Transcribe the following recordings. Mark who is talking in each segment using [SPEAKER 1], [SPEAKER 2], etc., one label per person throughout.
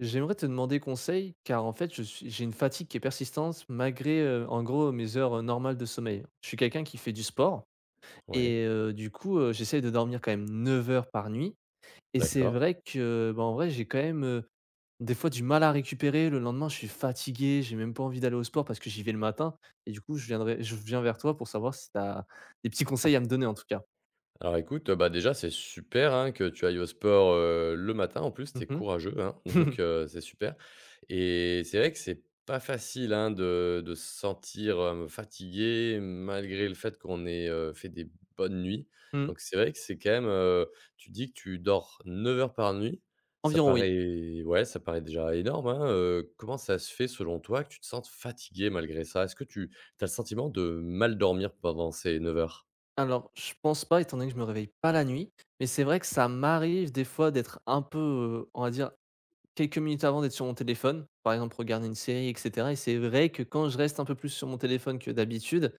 [SPEAKER 1] J'aimerais te demander conseil, car en fait, je suis j'ai une fatigue qui est persistante malgré, en gros, mes heures, normales de sommeil. Je suis quelqu'un qui fait du sport
[SPEAKER 2] Ouais,
[SPEAKER 1] et du coup, j'essaye de dormir quand même 9 heures par nuit et c'est
[SPEAKER 2] d'accord.
[SPEAKER 1] vrai que, bah, en vrai, j'ai quand même, des fois du mal à récupérer. Le lendemain, je suis fatigué, j'ai même pas envie d'aller au sport parce que j'y vais le matin et du coup, je viens vers toi pour savoir si tu as des petits conseils à me donner, en tout cas.
[SPEAKER 2] Alors écoute, bah, déjà, c'est super, hein, que tu ailles au sport, le matin. En plus, tu
[SPEAKER 1] Mmh
[SPEAKER 2] es
[SPEAKER 1] mh.
[SPEAKER 2] courageux, hein, donc c'est super et c'est vrai que c'est pas facile, hein, de se sentir, fatigué malgré le fait qu'on ait, fait des bonnes nuits. Donc c'est vrai que c'est quand même, tu dis que tu dors 9 heures par nuit. Ça
[SPEAKER 1] Environ, oui.
[SPEAKER 2] paraît ouais, ça paraît déjà énorme, hein, comment ça se fait, selon toi, que tu te sentes fatigué malgré ça? Est-ce que tu as le sentiment de mal dormir pendant ces 9 heures?
[SPEAKER 1] Alors, je pense pas étant donné que je me réveille pas la nuit, mais c'est vrai que ça m'arrive des fois d'être un peu, on va dire, quelques minutes avant d'être sur mon téléphone, par exemple regarder une série et cetera et c'est vrai que quand je reste un peu plus sur mon téléphone que d'habitude,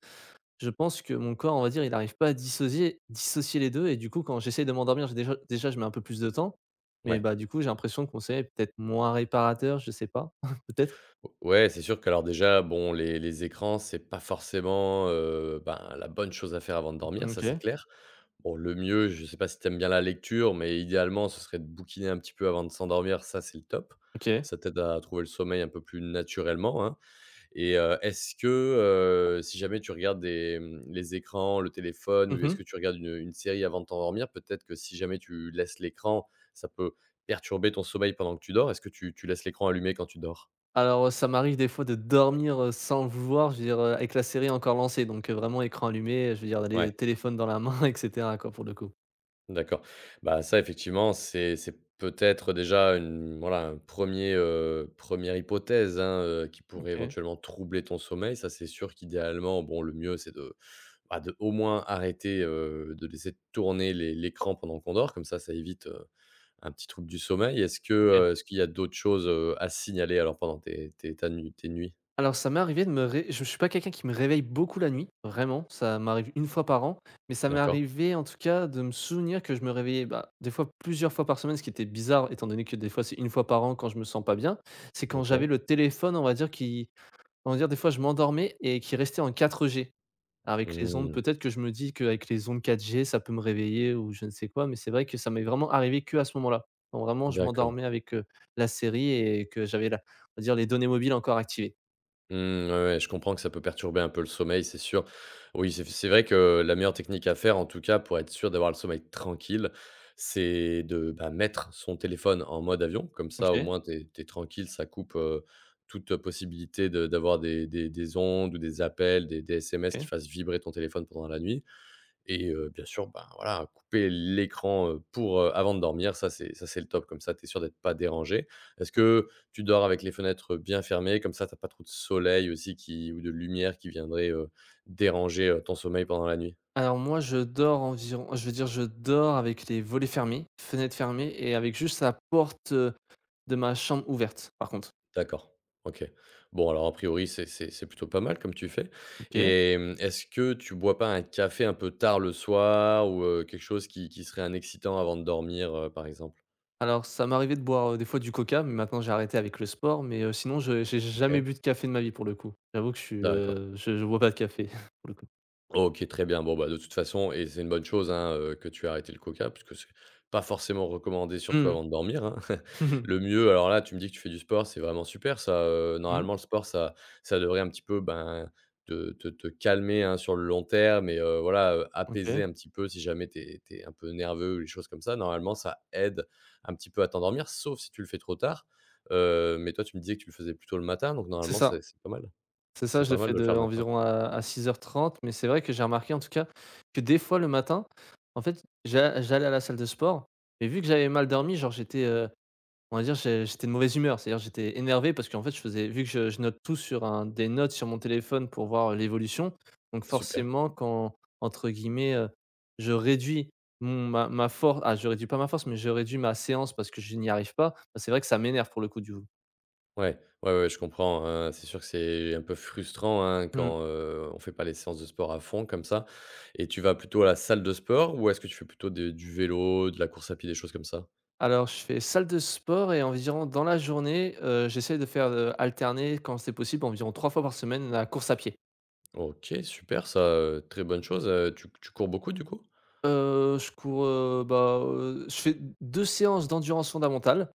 [SPEAKER 1] je pense que mon corps, on va dire, il n'arrive pas à dissocier les 2, et du coup quand j'essaie de m'endormir, j'ai déjà je mets un peu plus de temps, mais
[SPEAKER 2] Ouais.
[SPEAKER 1] bah, du coup j'ai l'impression que mon sommeil est peut-être moins réparateur, je sais pas, peut-être.
[SPEAKER 2] O ouais, c'est sûr que alors déjà, bon, les écrans, c'est pas forcément, ben, la bonne chose à faire avant de dormir, ça, c'est
[SPEAKER 1] OK,
[SPEAKER 2] clair. Bon, le mieux, je sais pas si t'aimes bien la lecture, mais idéalement, ce serait de bouquiner un petit peu avant de s'endormir, ça, c'est le top. Ça t'aide à trouver le sommeil un peu plus naturellement, hein et est-ce que, si jamais tu regardes des, les écrans, le téléphone ou est-ce
[SPEAKER 1] OK.
[SPEAKER 2] que tu regardes une série avant de t'endormir, peut-être que si jamais tu laisses l'écran, ça peut perturber ton sommeil pendant que tu dors. Est-ce que tu laisses l'écran allumé quand tu dors?
[SPEAKER 1] Alors, ça m'arrive des fois de dormir, sans le vouloir, je veux dire, avec la série encore lancée donc vraiment écran allumé, je veux dire les
[SPEAKER 2] Ouais.
[SPEAKER 1] téléphones dans la main et cetera quoi, pour le coup.
[SPEAKER 2] D'accord. Bah, ça effectivement, c'est peut-être déjà une voilà, un premier er hypothèse, hein, qui pourrait
[SPEAKER 1] OK,
[SPEAKER 2] éventuellement troubler ton sommeil. Ça, c'est sûr qu'idéalement, bon, le mieux, c'est bah, de au moins arrêter, de laisser tourner l'écran pendant qu'on dort. Comme ça évite, un petit trouble du sommeil. Est-ce que,
[SPEAKER 1] OK.
[SPEAKER 2] est-ce qu'il y a d'autres choses, à signaler alors pendant tes nuits?
[SPEAKER 1] Alors ça m'est arrivé de me ré je suis pas quelqu'un qui me réveille beaucoup la nuit, vraiment, ça m'arrive une fois par an, mais ça m'est
[SPEAKER 2] D'accord,
[SPEAKER 1] arrivé en tout cas de me souvenir que je me réveillais, bah, des fois plusieurs fois par semaine, ce qui était bizarre étant donné que des fois c'est une fois par an quand je me sens pas bien. C'est quand j'avais
[SPEAKER 2] OK.
[SPEAKER 1] le téléphone, on va dire qui on va dire des fois je m'endormais et qui restait en 4G. Avec les ondes,
[SPEAKER 2] Mmh,
[SPEAKER 1] peut-être que je me dis qu'avec les ondes 4G, ça peut me réveiller ou je ne sais quoi, mais c'est vrai que ça m'est vraiment arrivé que à ce moment-là. Quand vraiment je
[SPEAKER 2] d'accord.
[SPEAKER 1] m'endormais avec, la série et que j'avais la on va dire les données mobiles encore activées.
[SPEAKER 2] Mmh, ouais, ouais, je comprends que ça peut perturber un peu le sommeil, c'est sûr. Oui, c'est vrai que la meilleure technique à faire, en tout cas, pour être sûr d'avoir le sommeil tranquille, c'est de, bah, mettre son téléphone en mode avion. Comme ça, au
[SPEAKER 1] OK,
[SPEAKER 2] moins, t'es es tranquille, ça coupe, toute possibilité de d'avoir des ondes ou des appels, des SMS qui
[SPEAKER 1] OK.
[SPEAKER 2] fassent vibrer ton téléphone pendant la nuit. Et bien sûr, ben, voilà, couper l'écran, pour, avant de dormir, ça c'est le top, comme ça tu es sûr d'être pas dérangé. Est-ce que tu dors avec les fenêtres bien fermées? Comme ça, t'as pas trop de soleil aussi qui ou de lumière qui viendrait, déranger, ton sommeil pendant la nuit?
[SPEAKER 1] Alors moi, je veux dire, je dors avec les volets fermés, fenêtres fermées et avec juste la porte, de ma chambre ouverte, par contre.
[SPEAKER 2] D'accord, OK. Bon, alors a priori, c'est plutôt pas mal comme tu fais
[SPEAKER 1] OK.
[SPEAKER 2] et est-ce que tu bois pas un café un peu tard le soir ou, quelque chose qui serait un excitant avant de dormir, par exemple?
[SPEAKER 1] Alors ça m'est arrivé de boire, des fois du coca, mais maintenant j'ai arrêté avec le sport, mais sinon je j'ai jamais
[SPEAKER 2] OK,
[SPEAKER 1] bu de café de ma vie pour le coup. J'avoue que
[SPEAKER 2] d'accord.
[SPEAKER 1] je bois pas de café pour le coup.
[SPEAKER 2] OK, très bien. Bon, bah, de toute façon et c'est une bonne chose, hein, que tu aies arrêté le coca puisque c'est pas forcément recommandé, surtout
[SPEAKER 1] Mmh mh.
[SPEAKER 2] avant de dormir, hein.
[SPEAKER 1] Mmh mh.
[SPEAKER 2] Le mieux alors là, tu me dis que tu fais du sport, c'est vraiment super ça,
[SPEAKER 1] Mmh.
[SPEAKER 2] normalement le sport ça devrait un petit peu, ben, te calmer, hein, sur le long terme et voilà,
[SPEAKER 1] OK.
[SPEAKER 2] apaiser un petit peu si jamais tu es un peu nerveux ou des choses comme ça. Normalement, ça aide un petit peu à t'endormir, sauf si tu le fais trop tard, mais toi, tu me disais que tu le faisais plutôt le matin, donc
[SPEAKER 1] C'est
[SPEAKER 2] normalement
[SPEAKER 1] ça.
[SPEAKER 2] c'est pas mal.
[SPEAKER 1] C'est ça,
[SPEAKER 2] C'est
[SPEAKER 1] je le
[SPEAKER 2] pas mal
[SPEAKER 1] fais
[SPEAKER 2] de le
[SPEAKER 1] de
[SPEAKER 2] faire le matin.
[SPEAKER 1] environ à 6h30, mais c'est vrai que j'ai remarqué en tout cas que des fois le matin, en fait, j'allais à la salle de sport, mais vu que j'avais mal dormi, genre j'étais, on va dire j'étais de mauvaise humeur. C'est-à-dire j'étais énervé parce qu'en fait je faisais vu que je note tout sur un des notes sur mon téléphone pour voir l'évolution, donc
[SPEAKER 2] Super.
[SPEAKER 1] forcément quand entre guillemets, je réduis je réduis pas ma force, mais je réduis ma séance parce que je n'y arrive pas, bah, c'est vrai que ça m'énerve pour le coup du coup.
[SPEAKER 2] Ouais, ouais, ouais, je comprends, hein. C'est sûr que c'est un peu frustrant, hein,
[SPEAKER 1] Mmh.
[SPEAKER 2] quand, on fait pas les séances de sport à fond comme ça et tu vas plutôt à la salle de sport ou est-ce que tu fais plutôt des du vélo, de la course à pied, des choses comme ça?
[SPEAKER 1] Alors, je fais salle de sport et environ dans la journée, j'essaie de faire, alterner quand c'est possible, environ 3 fois par semaine la course à pied.
[SPEAKER 2] OK, super ça, très bonne chose, tu cours beaucoup du coup?
[SPEAKER 1] Je cours, bah, je fais 2 séances d'endurance fondamentale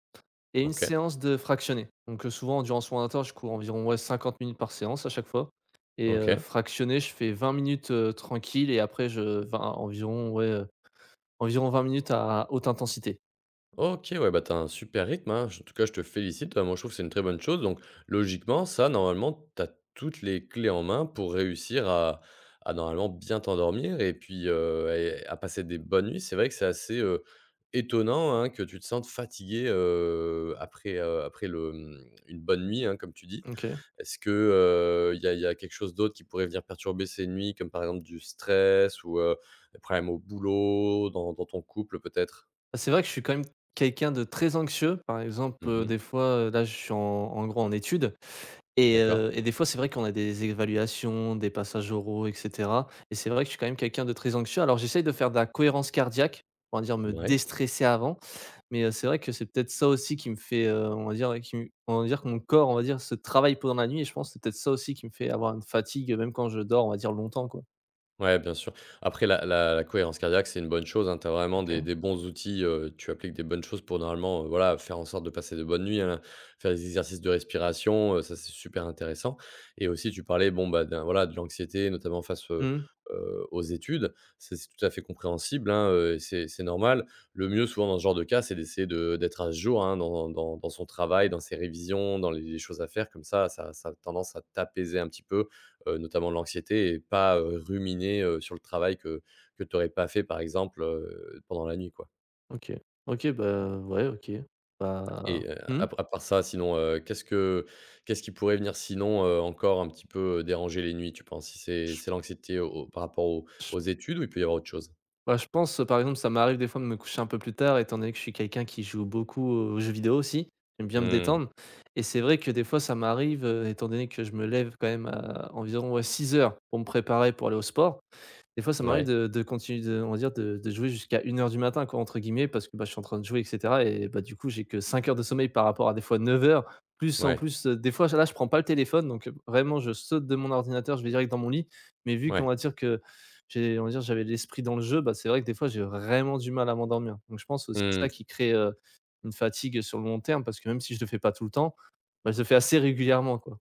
[SPEAKER 1] et une
[SPEAKER 2] OK,
[SPEAKER 1] séance de fractionnée. Donc, souvent endurance fondamentale, je cours environ, ouais, 50 minutes par séance à chaque fois et
[SPEAKER 2] OK.
[SPEAKER 1] fractionnée, je fais 20 minutes, tranquille et après je 20 environ, ouais, environ 20 minutes à haute intensité.
[SPEAKER 2] OK, ouais, bah, t'as un super rythme, hein. Je En tout cas, je te félicite. Moi, je trouve que c'est une très bonne chose donc logiquement, ça, normalement, t'as toutes les clés en main pour réussir à normalement bien t'endormir et puis, et à passer des bonnes nuits. C'est vrai que c'est assez, étonnant, hein, que tu te sentes fatigué après une bonne nuit, hein, comme tu dis.
[SPEAKER 1] Donc,
[SPEAKER 2] Est-ce que, il y a quelque chose d'autre qui pourrait venir perturber ces nuits comme, par exemple, du stress ou, des problèmes au boulot, dans ton couple peut-être?
[SPEAKER 1] ah, c'est vrai que je suis quand même quelqu'un de très anxieux. Par exemple,
[SPEAKER 2] Mmh.
[SPEAKER 1] des fois, là, je suis en gros en études et
[SPEAKER 2] D'accord.
[SPEAKER 1] heu et des fois, c'est vrai qu'on a des évaluations, des passages oraux et cetera et c'est vrai que je suis quand même quelqu'un de très anxieux. Alors j'essaye de faire de la cohérence cardiaque, on va dire me
[SPEAKER 2] Ouais,
[SPEAKER 1] déstresser avant, mais c'est vrai que c'est peut-être ça aussi qui me fait, on va dire on va dire que mon corps, on va dire, se travaille pendant la nuit et je pense que c'est peut-être ça aussi qui me fait avoir une fatigue, même quand je dors, on va dire longtemps, quoi.
[SPEAKER 2] ouais, bien sûr. Après, la cohérence cardiaque, c'est une bonne chose, hein. Tu as vraiment des
[SPEAKER 1] OK.
[SPEAKER 2] des bons outils, tu appliques des bonnes choses pour normalement, voilà, faire en sorte de passer de bonnes nuits, hein. Faire des exercices de respiration, ça, c'est super intéressant et aussi tu parlais, bon, bah, d'un voilà, de l'anxiété, notamment face,
[SPEAKER 1] Mmh.
[SPEAKER 2] aux études. C'est tout à fait compréhensible, hein, et c'est normal. Le mieux, souvent, dans ce genre de cas, c'est d'essayer de d'être à ce jour, hein, dans son travail, dans ses révisions, dans les choses à faire. Comme ça, ça a tendance à t'apaiser un petit peu, notamment de l'anxiété et pas, ruminer, sur le travail que tu n'aurais pas fait par exemple, pendant la nuit quoi
[SPEAKER 1] OK. OK, bah, ouais, OK. Bah,
[SPEAKER 2] et
[SPEAKER 1] mmh?
[SPEAKER 2] à part ça sinon, qu'est-ce qui pourrait venir sinon, encore un petit peu, déranger les nuits tu penses? Si c'est l'anxiété par rapport aux études ou il peut y avoir autre chose?
[SPEAKER 1] Bah, je pense, par exemple, ça m'arrive des fois de me coucher un peu plus tard étant donné que je suis quelqu'un qui joue beaucoup aux jeux vidéo aussi. J'aime bien me
[SPEAKER 2] Mmh.
[SPEAKER 1] détendre et c'est vrai que des fois ça m'arrive, étant donné que je me lève quand même à environ, ouais, 6 heures pour me préparer pour aller au sport. Des fois, ça m'arrive
[SPEAKER 2] Ouais.
[SPEAKER 1] de continuer de on va dire de jouer jusqu'à 1 heure du matin quoi, entre guillemets, parce que, bah, je suis en train de jouer et cetera et bah, du coup, j'ai que 5 heures de sommeil par rapport à des fois 9 heures, plus en
[SPEAKER 2] Ouais.
[SPEAKER 1] plus, des fois là, je prends pas le téléphone donc vraiment je saute de mon ordinateur, je vais direct dans mon lit. Mais vu qu'on
[SPEAKER 2] Ouais.
[SPEAKER 1] va dire que j'ai on va dire j'avais l'esprit dans le jeu, bah, c'est vrai que des fois j'ai vraiment du mal à m'endormir. Donc je pense aussi ça
[SPEAKER 2] Mmh.
[SPEAKER 1] qui crée, une fatigue sur le long terme parce que même si je le fais pas tout le temps, bah, je le fais assez régulièrement quoi.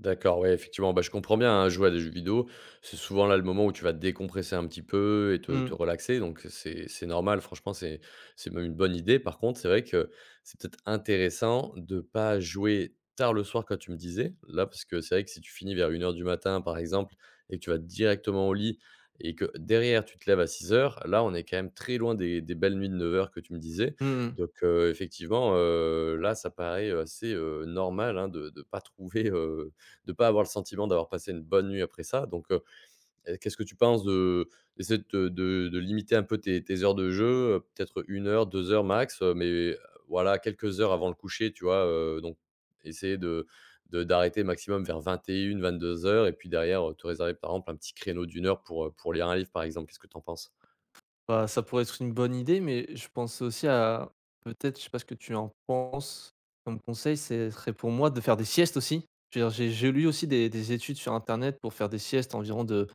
[SPEAKER 2] D'accord, ouais, effectivement, bah, je comprends bien, hein, jouer à des jeux vidéo, c'est souvent là le moment où tu vas décompresser un petit peu et te
[SPEAKER 1] Mmh.
[SPEAKER 2] relaxer, donc c'est normal, franchement, c'est même une bonne idée. Par contre, c'est vrai que c'est peut-être intéressant de pas jouer tard le soir, comme tu me disais, là, parce que c'est vrai que si tu finis vers 1 heure du matin, par exemple, et que tu vas directement au lit et que derrière tu te lèves à 6 heures, là, on est quand même très loin des belles nuits de 9 heures que tu me disais.
[SPEAKER 1] Mmh mmh.
[SPEAKER 2] Donc, effectivement, là, ça paraît assez normal hein, de ne pas trouver. De pas avoir le sentiment d'avoir passé une bonne nuit après ça. Donc, qu'est-ce que tu penses de d'essayer de te de limiter un peu tes heures de jeu, peut-être 1 heure, 2 heures max, mais voilà, quelques heures avant le coucher, tu vois? Donc essayer de d'arrêter maximum vers vingt-deux et une, 22 heures, et puis derrière, te réserver, par exemple, un petit créneau d'une heure pour lire un livre, par exemple. Qu'est-ce que tu en penses?
[SPEAKER 1] Bah, ça pourrait être une bonne idée, mais je pense aussi à peut-être, je sais pas ce que tu en penses comme conseil, ce serait pour moi de faire des siestes aussi. Je veux dire, j'ai lu aussi des études sur internet pour faire des siestes environ de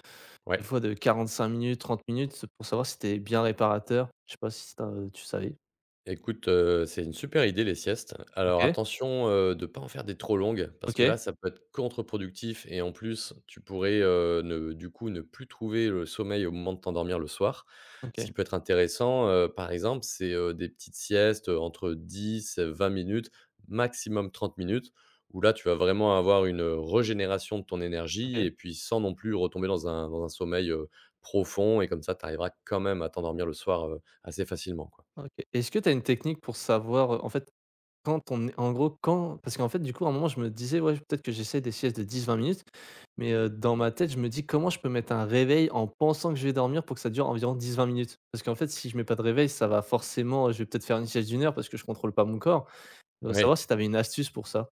[SPEAKER 2] Ouais.
[SPEAKER 1] des fois de 45 minutes, 30 minutes pour savoir si c'était bien réparateur. Je sais pas si tu savais?
[SPEAKER 2] Écoute, c'est une super idée les siestes. Alors
[SPEAKER 1] OK,
[SPEAKER 2] attention, de ne pas en faire des trop longues parce que là,
[SPEAKER 1] OK,
[SPEAKER 2] ça peut être contre-productif et en plus, tu pourrais, ne du coup, ne plus trouver le sommeil au moment de t'endormir le soir. Ce
[SPEAKER 1] OK,
[SPEAKER 2] qui peut être intéressant, par exemple, c'est, des petites siestes, entre 10 20 minutes, maximum 30 minutes où là, tu vas vraiment avoir une régénération de ton énergie
[SPEAKER 1] OK,
[SPEAKER 2] et puis sans non plus retomber dans un sommeil, profond et comme ça, tu arriveras quand même à t'endormir le soir, assez facilement, quoi.
[SPEAKER 1] OK. Est-ce que tu as une technique pour savoir, en fait quand on est en gros, quand parce qu'en fait, du coup, à un moment, je me disais : « Ouais, peut-être que j'essaie des siestes de 10-20 minutes », mais dans ma tête, je me dis : « Comment je peux mettre un réveil en pensant que je vais dormir pour que ça dure environ 10-20 minutes ? » parce qu'en fait, si je mets pas de réveil, ça va forcément, je vais peut-être faire une sieste d'1 heure parce que je contrôle pas mon corps. Savoir
[SPEAKER 2] Ouais.
[SPEAKER 1] si tu avais une astuce pour ça?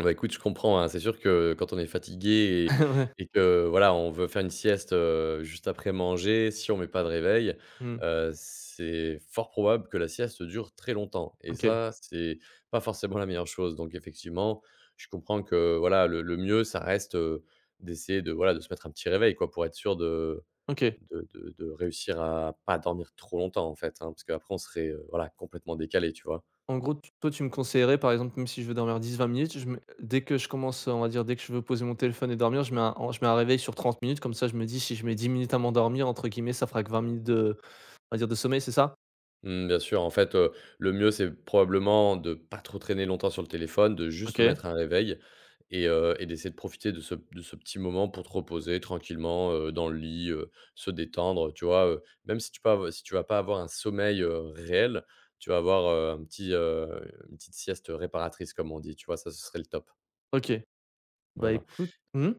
[SPEAKER 2] Bah, écoute, je comprends, hein. C'est sûr que quand on est fatigué
[SPEAKER 1] Ouais.
[SPEAKER 2] et que, voilà, on veut faire une sieste, juste après manger, si on met pas de réveil,
[SPEAKER 1] Mmh.
[SPEAKER 2] c'est fort probable que la sieste dure très longtemps et
[SPEAKER 1] OK.
[SPEAKER 2] ça, c'est pas forcément la meilleure chose. Donc effectivement, je comprends que, voilà, le mieux, ça reste, d'essayer voilà, de se mettre un petit réveil, quoi, pour être sûr de
[SPEAKER 1] OK.
[SPEAKER 2] de de de réussir à pas dormir trop longtemps, en fait, hein, parce qu'après on serait, voilà, complètement décalé, tu vois?
[SPEAKER 1] En gros, t toi, tu me conseillerais, par exemple, même si je veux dormir 10-20 minutes, je mets dès que je commence, on va dire, dès que je veux poser mon téléphone et dormir, je mets un réveil sur 30 minutes, comme ça, je me dis : « Si je mets 10 minutes à m'endormir », entre guillemets, ça fera que 20 minutes de on va dire de sommeil, c'est ça?
[SPEAKER 2] Mmh, bien sûr, en fait, le mieux, c'est probablement de pas trop traîner longtemps sur le téléphone, de juste se
[SPEAKER 1] OK.
[SPEAKER 2] mettre un réveil et d'essayer de profiter de ce petit moment pour te reposer tranquillement, dans le lit, se détendre, tu vois? Même si tu peux av si tu vas pas avoir un sommeil, réel, tu vas avoir, une petite sieste réparatrice comme on dit, tu vois? Ça, ce serait le top.
[SPEAKER 1] OK. Bah,
[SPEAKER 2] Voilà.
[SPEAKER 1] écoute, mmh?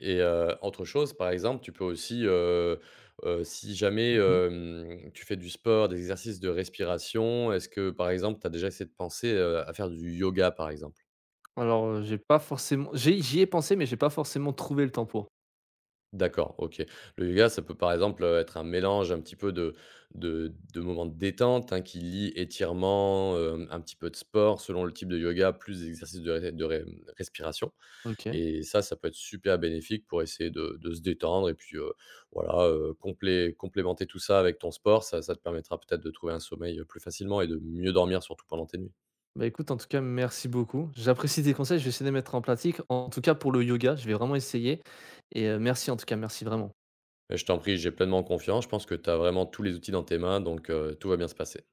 [SPEAKER 2] Et autre chose, par exemple, tu peux aussi, si jamais,
[SPEAKER 1] Mmh.
[SPEAKER 2] tu fais du sport, des exercices de respiration, est-ce que, par exemple, tu as déjà essayé de penser, à faire du yoga, par exemple?
[SPEAKER 1] Alors, j'ai pas forcément j'y ai pensé, mais j'ai pas forcément trouvé le temps pour.
[SPEAKER 2] D'accord, OK. Le yoga, ça peut, par exemple, être un mélange un petit peu de moments de détente, hein, qui lie étirement, un petit peu de sport selon le type de yoga, plus des exercices de ré respiration.
[SPEAKER 1] OK.
[SPEAKER 2] Et ça peut être super bénéfique pour essayer de se détendre et puis, voilà, complémenter tout ça avec ton sport, ça te permettra peut-être de trouver un sommeil, plus facilement et de mieux dormir surtout pendant tes nuits.
[SPEAKER 1] Bah, écoute, en tout cas, merci beaucoup. J'apprécie tes conseils, je vais essayer de les mettre en pratique. En tout cas, pour le yoga, je vais vraiment essayer et merci en tout cas, merci vraiment.
[SPEAKER 2] Mais je t'en prie, j'ai pleinement confiance, je pense que tu as vraiment tous les outils dans tes mains donc, tout va bien se passer.